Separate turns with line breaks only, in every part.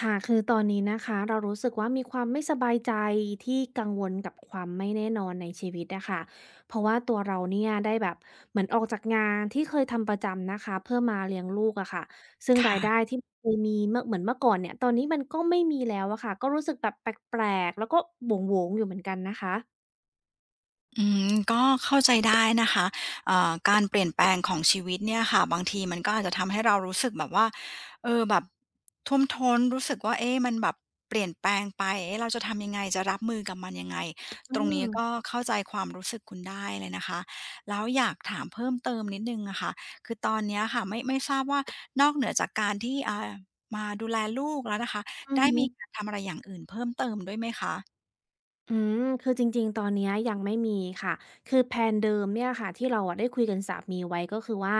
ค่ะคือตอนนี้นะคะเรารู้สึกว่ามีความไม่สบายใจที่กังวลกับความไม่แน่นอนในชีวิตอะค่ะเพราะว่าตัวเราเนี่ยได้แบบเหมือนออกจากงานที่เคยทำประจำนะคะเพื่อมาเลี้ยงลูกอะค่ะซึ่งรายได้
ค่ะ
ที่เคยมีเมื่อเหมือนเมื่อก่อนเนี่ยตอนนี้มันก็ไม่มีแล้วอะค่ะก็รู้สึกแบบแปลกๆแล้วก็โหวงๆอยู่เหมือนกันนะคะ
อืมก็เข้าใจได้นะคะการเปลี่ยนแปลงของชีวิตเนี่ยค่ะบางทีมันก็อาจจะทำให้เรารู้สึกแบบว่าเออแบบท่วมท้นรู้สึกว่าเอ๊ะมันแบบเปลี่ยนแปลงไปเอ๊ะเราจะทำยังไงจะรับมือกับมันยังไง
อื
ตรง
ม
นี้ก็เข้าใจความรู้สึกคุณได้เลยนะคะแล้วอยากถามเพิ่มเติมนิดหนึ่งอะค่ะคือตอนเนี้ยค่ะไม่ทราบว่านอกเหนือจากการที่มาดูแลลูกแล้วนะคะ
อือ
ได้
ฮึ
มีการทำอะไรอย่างอื่นเพิ่มเติมด้วยไหมคะ
อืมคือจริงๆตอนเนี้ยยังไม่มีค่ะคือแพลนเดิมเนี่ยค่ะที่เราอะได้คุยกับสามีไว้ก็คือว่า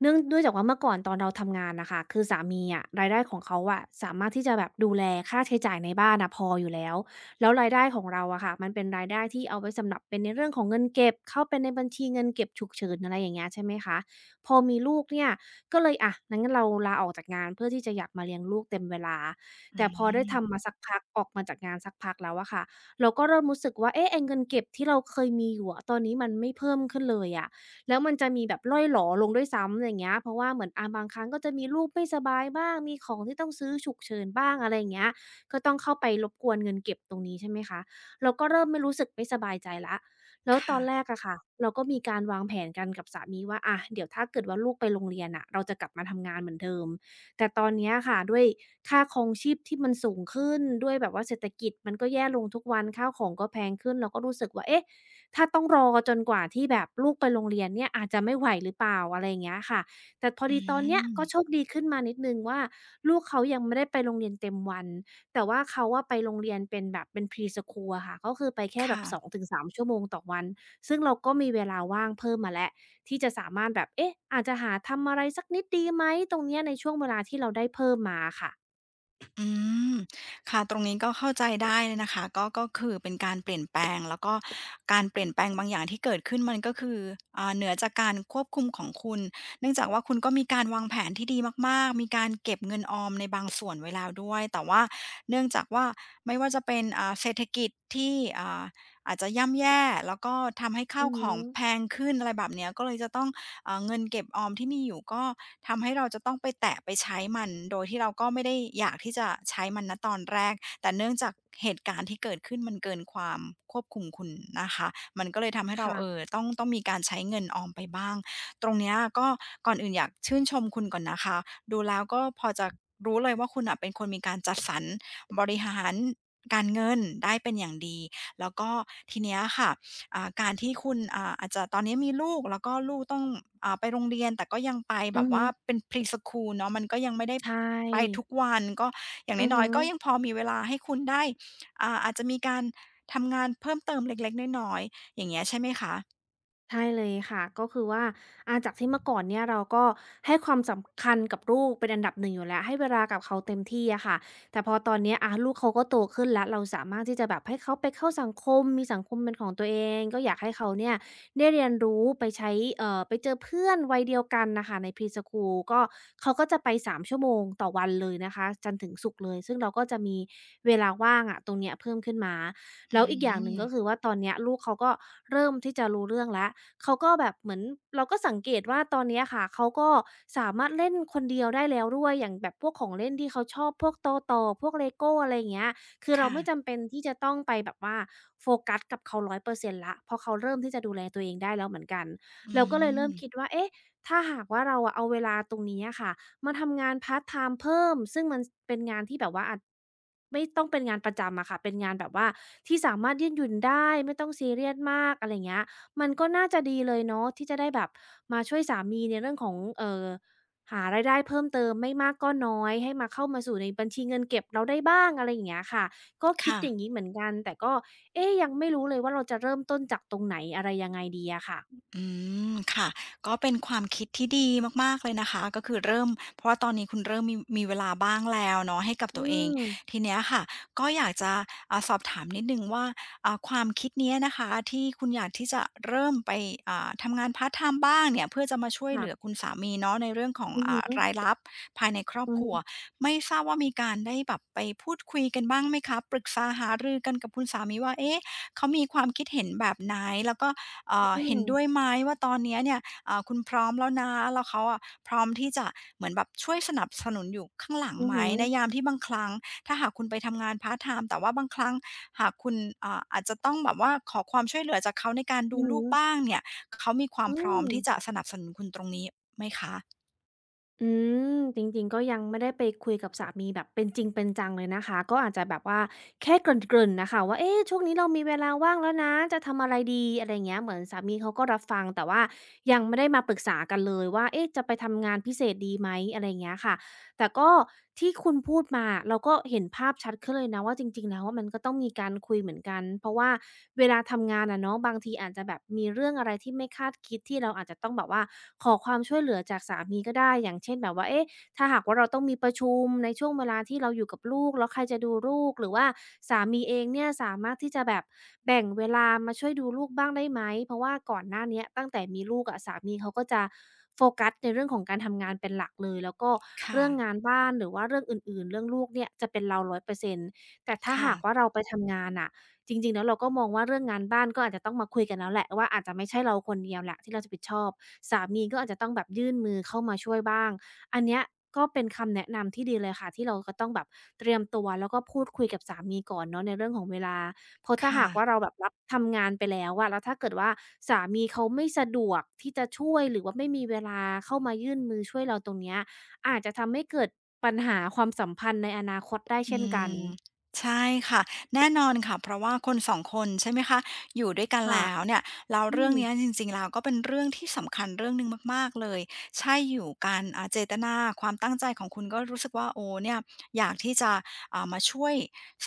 เนื่องจากว่าเมื่อก่อนตอนเราทำงานน่ะค่ะคือสามีอะรายได้ของเขาอะสามารถที่จะแบบดูแลค่าใช้จ่ายในบ้านน่ะพออยู่แล้วแล้วรายได้ของเราอะค่ะมันเป็นรายได้ที่เอาไว้สำหรับเป็นในเรื่องของเงินเก็บเข้าไปในบัญชีเงินเก็บฉุกเฉินอะไรอย่างเงี้ยใช่ไหมคะพอมีลูกเนี่ยก็เลยอะงั้นเราลาออกจากงานเพื่อที่จะอยากมาเลี้ยงลูกเต็มเวลา
อื
แต่พอได้ทำ
ม
มาสักพักออกมาจากงานสักพักแล้วอะค่ะ เราก็เริ่มรู้สึกว่าเอ๊ะไอ้เงินเก็บที่เราเคยมีอยู่อะตอนนี้มันไม่เพิ่มขึ้นเลยอะแล้วมันจะมีแบบร่อยหรอลงด้วยซ้ำอย่างเงี้ยเพราะว่าเหมือนอาบางครั้งก็จะมีลูกไม่สบายบ้างมีของที่ต้องซื้อฉุกเฉินบ้างอะไรอย่างเงี้ยก็ต้องเข้าไปรบกวนเงินเก็บตรงนี้ใช่ไหมคะเราก็เริ่มไม่รู้สึกไม่สบายใจแล้วแล้วตอ
ค่ะ
นแรกอะค่ะเราก็มีการวางแผนกันกับสามีว่าอะเดี๋ยวถ้าเกิดว่าลูกไปโรงเรียนน่ะเราจะกลับมาทำงานเหมือนเดิม แต่ตอนเนี้ยค่ะด้วยค่าครองชีพที่มันสูงขึ้นด้วยแบบว่าเศรษฐกิจมันก็แย่ลงทุกวันข้าวของก็แพงขึ้นเราก็รู้สึกว่าเอ๊ะถ้าต้องรอจนกว่าที่แบบลูกไปโรงเรียนเนี่ยอาจจะไม่ไหวหรือเปล่าอะไรอย่างเงี้ยค่ะแต่พอ
อื
ดีตอนเนี้ยก็โช
ม
คดีขึ้นมานิดหนึ่งว่าลูกเขายังไม่ได้ไปโรงเรียนเต็มวันแต่ว่าเขาอะไปโรงเรียนเป็นแบบเป็น Pre-School อะค่ะก็คือไปแค่แบบ
ค่ะ
สองถึงสามชั่วโมงต่อวันซึ่งเราก็มีเวลาว่างเพิ่มมาแล้ว ที่จะสามารถแบบเอ๊ะอาจจะหาทำอะไรสักนิดดีไหมตรงเนี้ยในช่วงเวลาที่เราได้เพิ่มมาค่ะ
อืม ค่ะตรงนี้ก็เข้าใจได้เลยนะคะ ก็คือเป็นการเปลี่ยนแปลงแล้วก็การเปลี่ยนแปลงบางอย่างที่เกิดขึ้นมันก็คือเหนือจากการควบคุมของคุณ เนื่องจากว่าคุณก็มีการวางแผนที่ดีมากๆมีการเก็บเงินออมในบางส่วนไว้แล้วด้วย แต่ว่าเนื่องจากว่าไม่ว่าจะเป็นเศรษฐกิจที่อ่าอาจจะย่ำแย่แล้วก็ทำให้ข้า
อื
ว
อ
ข
ฮึ
องแพงขึ้นอะไรแบบเนี้ยก็เลยจะต้อง เงินเก็บออมที่มีอยู่ก็ทำให้เราจะต้องไปแตะไปใช้มันโดยที่เราก็ไม่ได้อยากที่จะใช้มันณตอนแรกแต่เนื่องจากเหตุการณ์ที่เกิดขึ้นมันเกินความควบคุมคุณนะคะมันก็เลยทำให้เราเออ
ค่ะ
ต้องมีการใช้เงินออมไปบ้างตรงเนี้ยก็ก่อนอื่นอยากชื่นชมคุณก่อนนะคะดูแล้วก็พอจะรู้เลยว่าคุณน่ะเป็นคนมีการจัดสรรบริหารการเงินได้เป็นอย่างดีแล้วก็ทีเนี้ยค่ะ อ่าการที่คุณอาจจะตอนนี้มีลูกแล้วก็ลูกต้องไปโรงเรียนแต่ก็ยังไปแบ
อือ
บ
ฮึ
ว่าเป็นพรีสคูลเนาะมันก็ยังไม่ได้
ใช่
ไปทุกวันก็อย่าง
อือ
น้อ
ฮึ
ยๆก็ยังพอมีเวลาให้คุณได้อาจจะมีการทำงานเพิ่มเติมเล็กๆน้อยๆอย่างเงี้ยใช่ไหมคะ
ใช่เลยค่ะก็คือว่าอาจากที่เมื่อก่อนเนี่ยเราก็ให้ความสำคัญกับลูกเป็นอันดับหนึ่งอยู่แล้วให้เวลากับเขาเต็มที่อะค่ะแต่พอตอนเนี้ยอาลูกเขาก็โตขึ้นแล้วเราสามารถที่จะแบบให้เขาไปเข้าสังคมมีสังคมเป็นของตัวเองก็อยากให้เขาเนี่ยได้เรียนรู้ไปใช้ไปเจอเพื่อนวัยเดียวกันน่ะค่ะใน Pre-School ก็เขาก็จะไปสามชั่วโมงต่อวันเลยนะคะจันทร์ถึงศุกร์เลยซึ่งเราก็จะมีเวลาว่างอะตรงเนี้ยเพิ่มขึ้นมา
อื
แล้วอีกอย่างห
ม
นึ่งก็คือว่าตอนเนี้ยลูกเขาก็เริ่มที่จะรู้เรื่องแล้ว เขาก็แบบเหมือนเราก็สังเกตว่าตอนเนี้ยค่ะเขาก็สามารถเล่นคนเดียวได้แล้วด้วยอย่างแบบพวกของเล่นที่เขาชอบพวกโตโต่พวกเล e ก o อะไรอย่างเงี้ยคือเรา
ค่ะ
ไม่จำเป็นที่จะต้องไปแบบว่าโฟกัสกับเขา100%แล้วเพราะเขาเริ่มที่จะดูแลตัวเองได้แล้วเหมือนกัน
อื
เราก็เลยเริ่
ม
มคิดว่าเอ๊ะถ้าหากว่าเราอะเอาเวลาตรงนี้อะค่ะมาทำงานพาร์ตไทม์เพิ่มซึ่งมันสเป็นงานที่แบบว่าอาจไม่ต้องเป็นงานประจำอะค่ะเป็นงานแบบว่าที่สามารถยืดหยุ่นได้ไม่ต้องซีเรียสมากอะไรอย่างเงี้ย มันก็น่าจะดีเลยเนาะที่จะได้แบบมาช่วยสามีในเรื่องของหารายได้เพิ่มเติมไม่มากก็น้อยให้มาเข้ามาสู่ในบัญชีเงินเก็บเราได้บ้างอะไรอย่างเงี้ยค่ะก็คิดอย่าง
ค่ะ
งี้เหมือนกันแต่ก็เอ๊ะยังไม่รู้เลยว่าเราจะเริ่มต้นจากตรงไหนอะไรยังไงดีอะค่ะ
อืมค่ะก็เป็นความคิดที่ดีมากๆ เลยนะคะก็คือเริ่มเพราะว่าตอนนี้คุณเริ่มมีเวลาบ้างแล้วเนาะให้กับ
อื
ตัวเอง
ม
ทีเนี้ยค่ะก็อยากจะสอบถามนิดหนึ่งว่าความคิดเนี้ยนะคะที่คุณอยากที่จะเริ่มไปทำงานพาร์ทไทม์บ้างเนี่ยเพื่อจะมาช่วยเหลือ
ค่ะ
คุณสามีเนาะในเรื่องของ
อือฮึ
รายรับภายในครอบ
อือ
ครัว
ฮึ
ไม่ทราบว่ามีการได้แบบไปพูดคุยกันบ้างไหมคะปรึกษาหารือกันกับคุณสามีว่าเอ๊ะเขามีความคิดเห็นแบบไหนแล้วก็
อื
เห็น
ม
ด้วยไหมว่าตอนเนี้ยเนี่ยคุณพร้อมแล้วนะแล้วเขาอะพร้อมที่จะเหมือนแบบช่วยสนับสนุนอยู่ข้างหลัง
อือ
ไหม
ฮึ
ในยามที่บางครั้งถ้าหากคุณไปทำงานพาร์ตไทม์แต่ว่าบางครั้งหากคุณอาจจะต้องแบบว่าขอความช่วยเหลือจากเขาในการ
อื
ดู
อฮึ
ลูกบ้างเนี่ยเขามีความ
อื
พร้อม
ม
ที่จะสนับสนุนคุณตรงนี้ไหมคะ
อืจริงๆก็ยังไม่ได้ไปคุยกับสามีแบบเป็นจริงเป็นจังเลยนะคะก็อาจจะแบบว่าแค่เกริ่นๆน่ะค่ะว่าเอ๊ะช่วงนี้เรามีเวลาว่างแล้วนะจะทำอะไรดีอะไรอย่างเงี้ยเหมือนสามีเขาก็รับฟังแต่ว่ายังไม่ได้มาปรึกษากันเลยว่าเอ๊ะจะไปทำงานพิเศษดีไหมอะไรอย่างเงี้ยค่ะ แต่ก็ที่คุณพูดมาเราก็เห็นภาพชัดขึ้นเลยนะว่าจริงๆแล้วว่ามันก็ต้องมีการคุยเหมือนกันเพราะว่าเวลาทำงานอะเนาะบางทีอาจจะแบบมีเรื่องอะไรที่ไม่คาดคิดที่เราอาจจะต้องแบบว่าขอความช่วยเหลือจากสามีก็ได้อย่างเช่นแบบว่าเอ๊ะ ถ้าหากว่าเราต้องมีประชุมในช่วงเวลาที่เราอยู่กับลูกแล้วใครจะดูลูกหรือว่าสามีเองเนี่ยสามารถที่จะแบบแบ่งเวลามาช่วยดูลูกบ้างได้ไหมเพราะว่าก่อนหน้าเนี้ยตั้งแต่มีลูกอะสามีเขาก็จะโฟกัสในเรื่องของการทำงานเป็นหลักเลยแล้วก็
ค่ะ
เรื่องงานบ้านหรือว่าเรื่องอื่นๆเรื่องลูกเนี่ยจะเป็นเราร้อยเปอร์เซ็นต์แต่ถ้าหากว่า
ค่ะ
เราไปทำงานน่ะจริงๆแล้วเราก็มองว่าเรื่องงานบ้านก็อาจจะต้องมาคุยกันแล้วแหละว่าอาจจะไม่ใช่เราคนเดียวแหละที่เราจะผิดชอบสามีก็อาจจะต้องแบบยื่นมือเข้ามาช่วยบ้าง อันเนี้ยก็เป็นคำแนะนำที่ดีเลยค่ะที่เราก็ต้องแบบเตรียมตัวแล้วก็พูดคุยกับสามีก่อนเนาะในเรื่องของเวลาเพราะถ้า
ค่ะ
หากว่าเราแบบรับทำงานไปแล้วอะแล้วถ้าเกิดว่าสามีเขาไม่สะดวกที่จะช่วยหรือว่าไม่มีเวลาเข้ามายื่นมือช่วยเราตรงเนี้ยอาจจะทำให้เกิดปัญหาความสัมพันธ์ในอนาคตได้เช่
อื
นกัน
มใช่ค่ะแน่นอนค่ะเพราะว่าคน2คนใช่ไหมคะอยู่ด้วยกัน
ค่ะ
แล้วเนี่ยแล้ว
อื
เรื่อง
ม
เนี้ยจริงๆแล้วก็เป็นเรื่องที่สำคัญเรื่องหนึ่งมากๆเลยใช่อยู่กันเจตนาความตั้งใจของคุณก็รู้สึกว่าโอ้เนี่ยอยากที่จะมาช่วย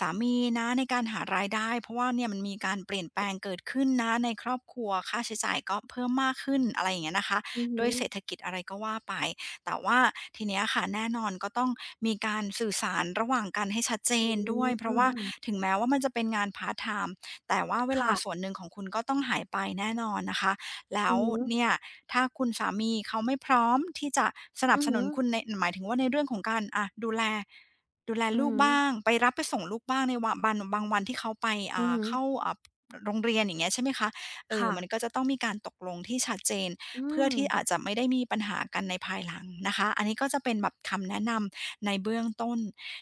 สามีนะในการหารายได้เพราะว่าเนี่ยมันมีการเปลี่ยนแปลงเกิดขึ้นนะในครอบครัวค่าใช้จ่ายก็เพิ่มมากขึ้นอะไรอย่างเงี้ยนะคะ
อือฮึ
ด้วยเศรษฐกิจอะไรก็ว่าไป แต่ว่าทีเนี้ยค่ะแน่นอนก็ต้องมีการสื่อสารระหว่างกันให้ชัดเจ
อื
นด้วยเพราะว่า
ม
ถึงแม้ว่ามันจะเป็นงานพาร์ทไทม์แต่ว่าเวลาส่วน
ค่ะ
หนึ่งของคุณก็ต้องหายไปแน่นอนนะคะแล้
อื
ว
อฮึ
เนี่ยถ้าคุณสามีเขาไม่พร้อมที่จะสนับ
อือ
สนุ
ฮึ
นคุณในหมายถึงว่าในเรื่องของการอะดูแล
อือ
ลูก
ฮึ
บ้างไปรับไปส่งลูกบ้างในวะบันบางวันที่เขาไป
อือ
อ่า
ฮึ
เข้าอ่าโรงเรียนอย่างเงี้ยใช่ไหมคะเออมันก็
ค่ะ
จะต้องมีการตกลงที่ชัดเจน
อื
เพื่อ
ม
ที่อาจจะไม่ได้มีปัญหากันในภายหลังนะคะอันนี้ก็จะเป็นแบบคำแนะนำในเบื้องต้น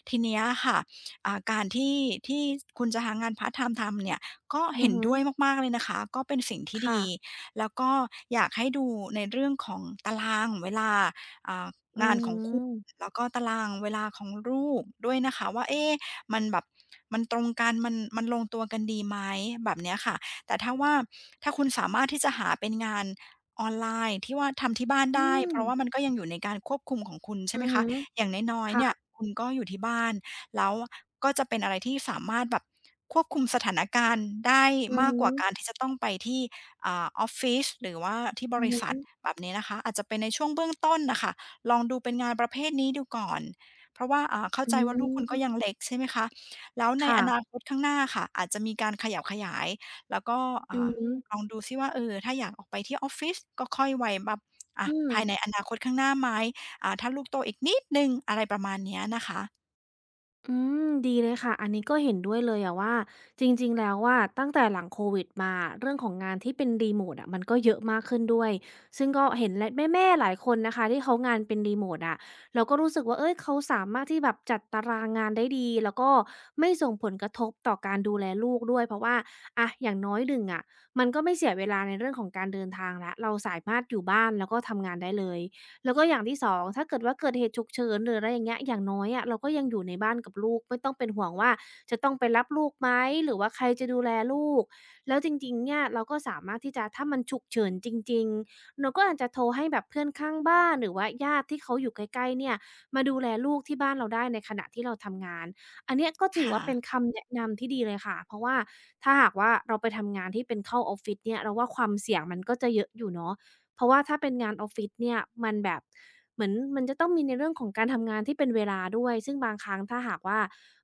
ทีเนี้ยค่ะการที่ที่คุณจะหางานพาร์ตไทม์ทำเนี่ยก็
อื
เห็
อ
น
ฮึ
ด้วยมากๆเลยนะคะก็เป็นสิ่งที่
ค่ะ
ดีแล้วก็อยากให้ดูในเรื่องของตารางเวลาอ่า
อื
งานของคุณ
ม
แล้วก็ตารางเวลาของลูกด้วยนะคะว่าเอ๊ะมันแบบมันตรงกันมันลงตัวกันดีไหมแบบเนี้ยค่ะแต่ถ้าว่าถ้าคุณสามารถที่จะหาเป็นงาน ออนไลน์ที่ว่าทำที่บ้าน
อื
ได้เพ
ม
ราะว่ามันก็ยังอยู่ในการควบคุมของคุณใช่
อื
ไหม
อ
คะ
ฮึ
อย่างน้อยๆเนี่ย
ค่ะ
คุณก็อยู่ที่บ้านแล้วก็จะเป็นอะไรที่สามารถแบบควบคุมสถานการณ์ได้
อือ
มาก
ฮึ
กว่าการที่จะต้องไปที่ออฟฟิศหรือว่าที่บ
อือ
ริษัท
ฮึ
แบบนี้นะคะอาจจะเป็นในช่วงเบื้องต้นน่ะค่ะลองดูเป็นงานประเภทนี้ดูก่อนเพราะว่าเข้า
อื
ใจว่าลูกคุณก็ยัง
ม
เล็กใช่ไหมคะแล้วในอนา
ค่ะ
คตข้างหน้าค่ะอาจจะมีการขยับขยายแล้วก็
อื
อ่า
อฮึ
ลองดูซิว่าเออถ้าอยากออกไปที่ออฟฟิศก็ค่อยไว้แบบอะ
อืม
ภายในอนาคตข้างหน้าไหมถ้าลูกโตอีกนิดหนึ่งอะไรประมาณเนี้ยนะคะ
อืมดีเลยค่ะอันนี้ก็เห็นด้วยเลยอะว่าจริงๆแล้วว่าตั้งแต่หลังโควิดมาเรื่องของงานที่เป็นรีโมตอะมันก็เยอะมากขึ้นด้วยซึ่งก็เห็นและแม่ๆหลายคนนะคะที่เขางานเป็นรีโมตอะเราก็รู้สึกว่าเฮ้ยเขาสามารถที่แบบจัดตารางงานได้ดีแล้วก็ไม่ส่งผลกระทบต่อการดูแลลูกด้วยเพราะว่าอะอย่างน้อยหนึ่งอะมันก็ไม่เสียเวลาในเรื่องของการเดินทางแล้วเราสามารถอยู่บ้านแล้วก็ทำงานได้เลย แล้วก็อย่างที่2ถ้าเกิดว่าเกิดเหตุฉุกเฉินหรืออะไรอย่างเงี้ยอย่างน้อยอะเราก็ยังอยู่ในบ้านกับลูกไม่ต้องเป็นห่วงว่าจะต้องไปรับลูกไหมหรือว่าใครจะดูแลลูกแล้วจริงๆเนี่ยเราก็สามารถที่จะถ้ามันฉุกเฉินจริงๆเราก็อาจจะโทรให้แบบเพื่อนข้างบ้านหรือว่าญาติที่เขาอยู่ใกล้ๆเนี่ยมาดูแลลูกที่บ้านเราได้ในขณะที่เราทำงานอันเนี้ยก็ถือว่าเป็น
ค่ะ
คำแนะนำที่ดีเลยค่ะเพราะว่าถ้าหากว่าเราไปทำงานที่เป็นเข้าออฟฟิศเนี่ยเราว่าความเสี่ยงมันก็จะเยอะอยู่เนาะ เพราะว่าถ้าเป็นงานออฟฟิศเนี่ยมันแบบเหมือนมันจะต้องมีในเรื่องของการทำงานที่เป็นเวลาด้วยซึ่งบางครั้งถ้าหากว่า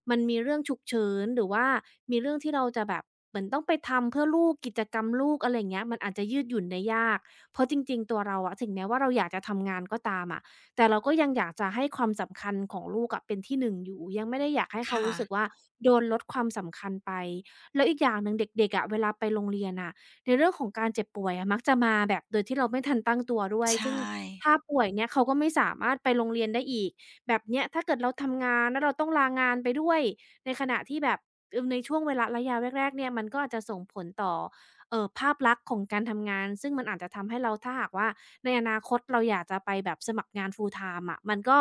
มันมีเรื่องฉุกเฉินหรือว่ามีเรื่องที่เราจะแบบเหมือนต้องไปทำเพื่อลูกกิจกรรมลูกอะไรอย่างเงี้ยมันอาจจะยืดหยุ่นได้ยากเพราะจริงๆตัวเราอะถึงแม้ว่าเราอยากจะทำงานก็ตามอะแต่เราก็ยังอยากจะให้ความสำคัญของลูกอะเป็นที่หนึ่งอยู่ยังไม่ได้อยากให้เขา
ค่ะ
รู้สึกว่าโดนลดความสำคัญไปแล้วอีกอย่างหนึ่งเด็กๆอะเวลาไปโรงเรียนน่ะ ในเรื่องของการเจ็บป่วยอะมักจะมาแบบโดยที่เราไม่ทันตั้งตัวด้วย
ใช
ซึ่งถ้า
่
ป่วยเนี่ยเขาก็ไม่สามารถไปโรงเรียนได้อีกแบบเนี้ยถ้าเกิดเราทำงานแล้วเราต้องลางานไปด้วยในขณะที่แบบในช่วงเวลาระยะแรกๆเนี่ยมันก็อาจจะส่งผลต่อภาพลักษณ์ของการทำงาน ซึ่งมันอาจจะทำให้เราถ้าหากว่า ในอนาคตเราอยากจะไปแบบสมัครงาน full time อะมันก็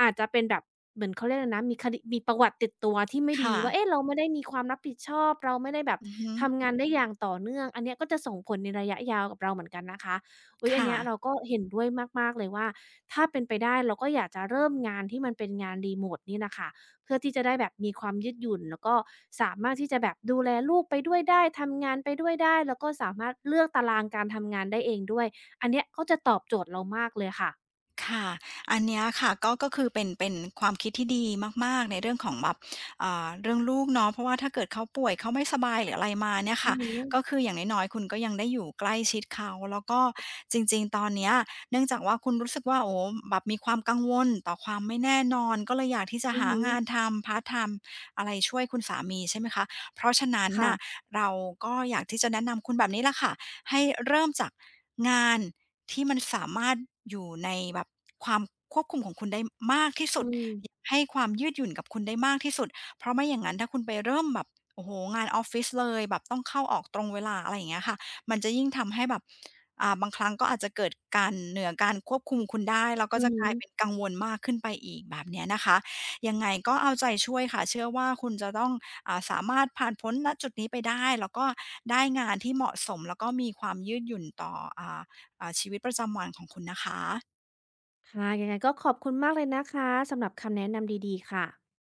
อาจจะเป็นแบบเหมือนเขาเรียกอะไรนะมีคดีมีประวัติติดตัวที่ไม่ดี
ค่ะ
ว่าเอ๊ะเราไม่ได้มีความรับผิดชอบเราไม่ได้แบบ
อือฮึ
ทำงานได้อย่างต่อเนื่องอันเนี้ยก็จะส่งผลในระยะยาวกับเราเหมือนกันนะคะอุ๊ยอัน
ค่ะ
เนี้ยเราก็เห็นด้วยมากๆเลยว่าถ้าเป็นไปได้เราก็อยากจะเริ่มงานที่มันเป็นงาน remote นี่น่ะค่ะเพื่อที่จะได้แบบมีความยืดหยุ่นแล้วก็สามารถที่จะแบบดูแลลูกไปด้วยได้ทำงานไปด้วยได้แล้วก็สามารถเลือกตารางการทำงานได้เองด้วย อันเนี้ยก็จะตอบโจทย์เรามากเลยค่ะ
ค่ะ อันเนี้ยค่ะก็คือเป็นความคิดที่ดีมากๆในเรื่องของแบบเรื่องลูกเนาะเพราะว่าถ้าเกิดเขาป่วยเขาไม่สบายหรืออะไรมาเนี่ย
อื
ค่ะ
อฮึ
ก็คืออย่างน้อยๆคุณก็ยังได้อยู่ใกล้ชิดเขาแล้วก็จริงๆตอนเนี้ยเนื่องจากว่าคุณรู้สึกว่าโอ้โฮแบบมีความกังวลต่อความไม่แน่นอนก็เลยอยากที่จะ
อือ
หา
ฮึ
งานทำพาร์ตไทม์อะไรช่วยคุณสามีใช่ไหมคะเพราะฉะนั้นน่ะ
ค่ะ
เราก็อยากที่จะแนะนำคุณแบบนี้ล่ะค่ะให้เริ่มจากงาน ที่มันสามารถอยู่ในแบบความควบคุมของคุณได้มากที่สุด
อืม
อยากให้ความยืดหยุ่นกับคุณได้มากที่สุดเพราะไม่อย่างนั้นถ้าคุณไปเริ่มแบบโอ้โฮงานออฟฟิศเลยแบบต้องเข้าออกตรงเวลาอะไรอย่างเงี้ยค่ะมันจะยิ่งทำให้แบบบางครั้งก็อาจจะเกิดการเหนือการควบคุมคุณได้แล้วก็
อือ
จะก
ฮึ
ลายเป็นกังวลมากขึ้นไปอีกแบบเนี้ยนะคะยังไงก็เอาใจช่วยค่ะเชื่อว่าคุณจะต้องสามารถผ่านพ้นณจุดนี้ไปได้แล้วก็ได้งานที่เหมาะสมแล้วก็มีความยืดหยุ่นต่ออ่า ชีวิตประจำวันของคุณนะคะ
ค่ะยังไงก็ขอบคุณมากเลยนะคะสำหรับคำแนะนำดีๆ ค่ะ